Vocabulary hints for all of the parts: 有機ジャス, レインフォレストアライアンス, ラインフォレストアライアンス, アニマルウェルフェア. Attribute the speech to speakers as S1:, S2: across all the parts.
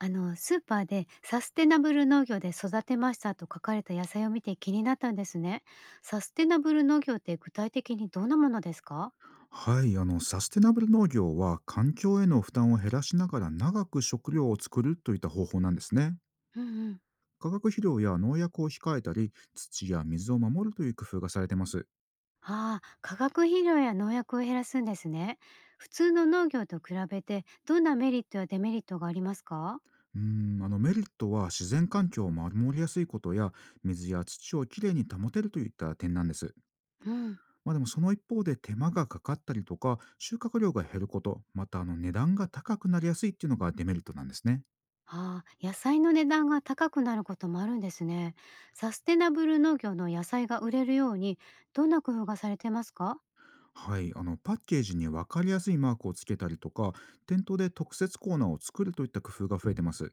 S1: スーパーでサステナブル農業で育てましたと書かれた野菜を見て気になったんですね。サステナブル農業って具体的にどんなものですか？
S2: はい、サステナブル農業は環境への負担を減らしながら長く食料を作るといった方法なんですね。
S1: うんうん。
S2: 化学肥料や農薬を控えたり、土や水を守るという工夫がされてます。
S1: ああ、化学肥料や農薬を減らすんですね。普通の農業と比べてどんなメリットやデメリットがありますか？
S2: メリットは自然環境を守りやすいことや、水や土をきれいに保てるといった点なんです。
S1: うん。
S2: まあ、でもその一方で手間がかかったりとか、収穫量が減ること、また値段が高くなりやすいっていうのがデメリットなんですね。
S1: ああ、野菜の値段が高くなることもあるんですね。サステナブル農業の野菜が売れるようにどんな工夫がされてますか？
S2: はい、パッケージに分かりやすいマークをつけたりとか、店頭で特設コーナーを作るといった工夫が増えてます。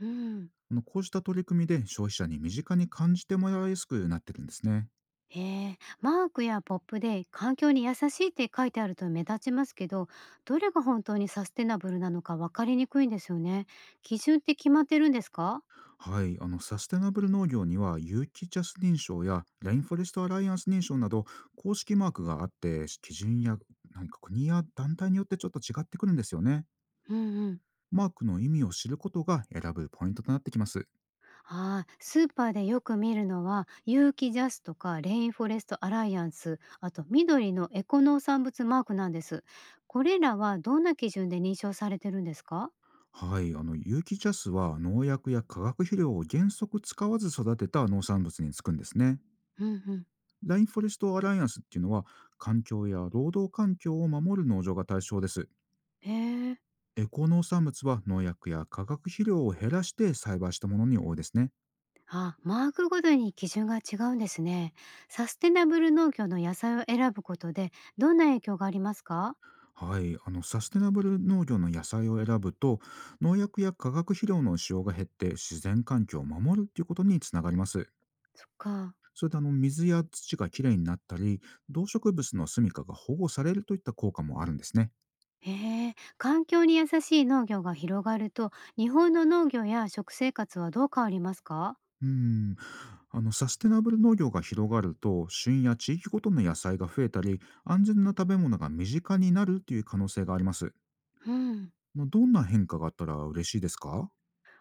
S1: うん。
S2: こうした取り組みで消費者に身近に感じてもらいやすくなってるんですね。
S1: へえ、マークやポップで環境に優しいって書いてあると目立ちますけど、どれが本当にサステナブルなのか分かりにくいんですよね。基準って決まってるんですか？
S2: はい、サステナブル農業には有機ジャス認証やラインフォレストアライアンス認証など公式マークがあって、基準や、何か国や団体によってちょっと違ってくるんですよね。
S1: うんうん。
S2: マークの意味を知ることが選ぶポイントとなってきます。
S1: ああ、スーパーでよく見るのは、有機ジャスとかレインフォレストアライアンス、あと緑のエコ農産物マークなんです。これらはどんな基準で認証されてるんですか？
S2: はい、有機ジャスは農薬や化学肥料を原則使わず育てた農産物につくんですね。
S1: うんうん。
S2: ラインフォレストアライアンスっていうのは環境や労働環境を守る農場が対象です。
S1: へえ。
S2: エコ農産物は農薬や化学肥料を減らして栽培したものに多いですね。
S1: あ、マークごとに基準が違うんですね。サステナブル農業の野菜を選ぶことでどんな影響がありますか？
S2: はい、サステナブル農業の野菜を選ぶと、農薬や化学肥料の使用が減って自然環境を守るっていうことにつながります。
S1: そっか。
S2: それで水や土がきれいになったり、動植物の住処が保護されるといった効果もあるんですね。
S1: へえ、環境に優しい農業が広がると日本の農業や食生活はどう変わりますか？
S2: うん、サステナブル農業が広がると、旬や地域ごとの野菜が増えたり、安全な食べ物が身近になるという可能性があります。
S1: うん。
S2: ま、どんな変化があったら嬉しいですか？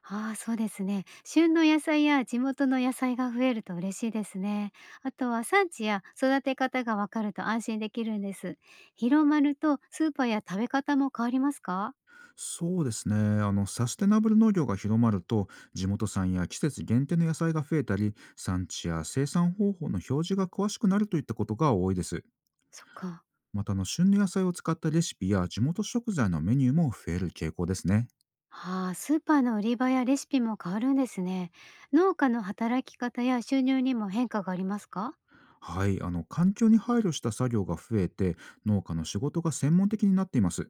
S1: ああ、そうですね。旬の野菜や地元の野菜が増えると嬉しいですね。あとは産地や育て方がわかると安心できるんです。広まるとスーパーや食べ方も変わりますか？
S2: そうですね。サステナブル農業が広まると、地元産や季節限定の野菜が増えたり、産地や生産方法の表示が詳しくなるといったことが多いです。
S1: そっか。
S2: また、旬の野菜を使ったレシピや地元食材のメニューも増える傾向ですね。
S1: はあ、スーパーの売り場やレシピも変わるんですね。農家の働き方や収入にも変化がありますか？
S2: はい、環境に配慮した作業が増えて、農家の仕事が専門的になっています。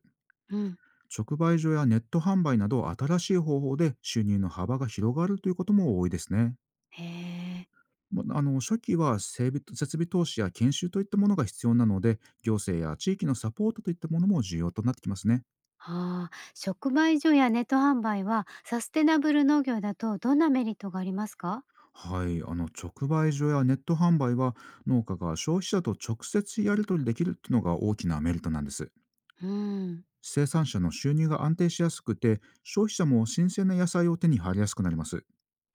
S1: うん。
S2: 直売所やネット販売など、新しい方法で収入の幅が広がるということも多いですね。
S1: へえ。
S2: ま、初期は整備設備投資や研修といったものが必要なので、行政や地域のサポートといったものも重要となってきますね。
S1: ああ、直売所やネット販売はサステナブル農業だとどんなメリットがありますか？
S2: はい、直売所やネット販売は、農家が消費者と直接やり取りできるっていうのが大きなメリットなんです。
S1: うん。
S2: 生産者の収入が安定しやすくて、消費者も新鮮な野菜を手に入りやすくなります。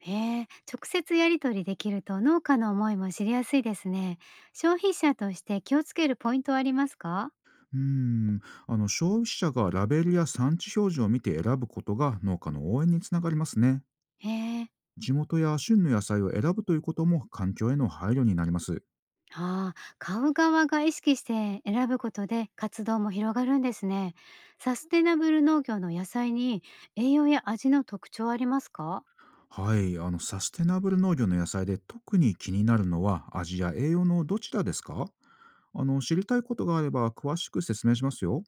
S1: へえ、直接やり取りできると農家の思いも知りやすいですね。消費者として気をつけるポイントはありますか？
S2: うーん、消費者がラベルや産地表示を見て選ぶことが農家の応援につながりますね。
S1: へえ。
S2: 地元や旬の野菜を選ぶということも環境への配慮になります。
S1: ああ、買う側が意識して選ぶことで活動も広がるんですね。サステナブル農業の野菜に栄養や味の特徴ありますか？
S2: はい、サステナブル農業の野菜で特に気になるのは味や栄養のどちらですか？知りたいことがあれば詳しく説明しますよ。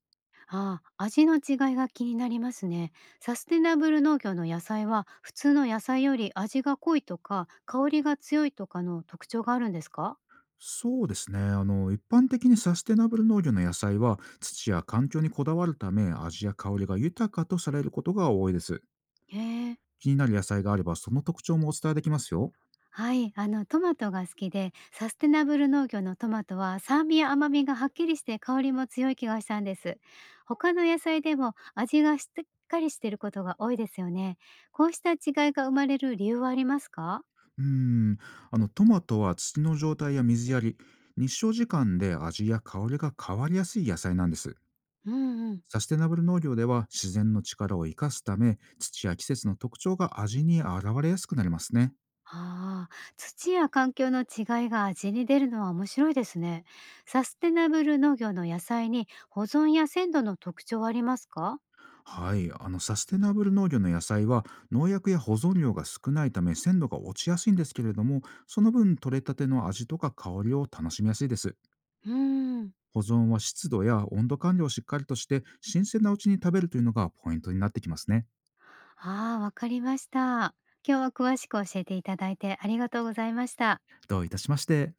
S1: ああ、味の違いが気になりますね。サステナブル農業の野菜は普通の野菜より味が濃いとか香りが強いとかの特徴があるんですか？
S2: そうですね。一般的にサステナブル農業の野菜は土や環境にこだわるため、味や香りが豊かとされることが多いです。
S1: へえ。
S2: 気になる野菜があればその特徴もお伝えできますよ。
S1: はい、トマトが好きで、サステナブル農業のトマトは酸味や甘みがはっきりして香りも強い気がしたんです。他の野菜でも味がしっかりしていることが多いですよね。こうした違いが生まれる理由はありますか？
S2: うーん、トマトは土の状態や水やり、日照時間で味や香りが変わりやすい野菜なんです。
S1: うんうん。
S2: サステナブル農業では自然の力を生かすため、土や季節の特徴が味に現れやすくなりますね。
S1: ああ、土や環境の違いが味に出るのは面白いですね。サステナブル農業の野菜に保存や鮮度の特徴はありますか？
S2: はい、サステナブル農業の野菜は農薬や保存量が少ないため鮮度が落ちやすいんですけれども、その分取れたての味とか香りを楽しみやすいです。
S1: うーん。
S2: 保存は湿度や温度管理をしっかりとして、新鮮なうちに食べるというのがポイントになってきますね。
S1: ああ、わかりました。今日は詳しく教えていただいてありがとうございました。
S2: どういたしまして。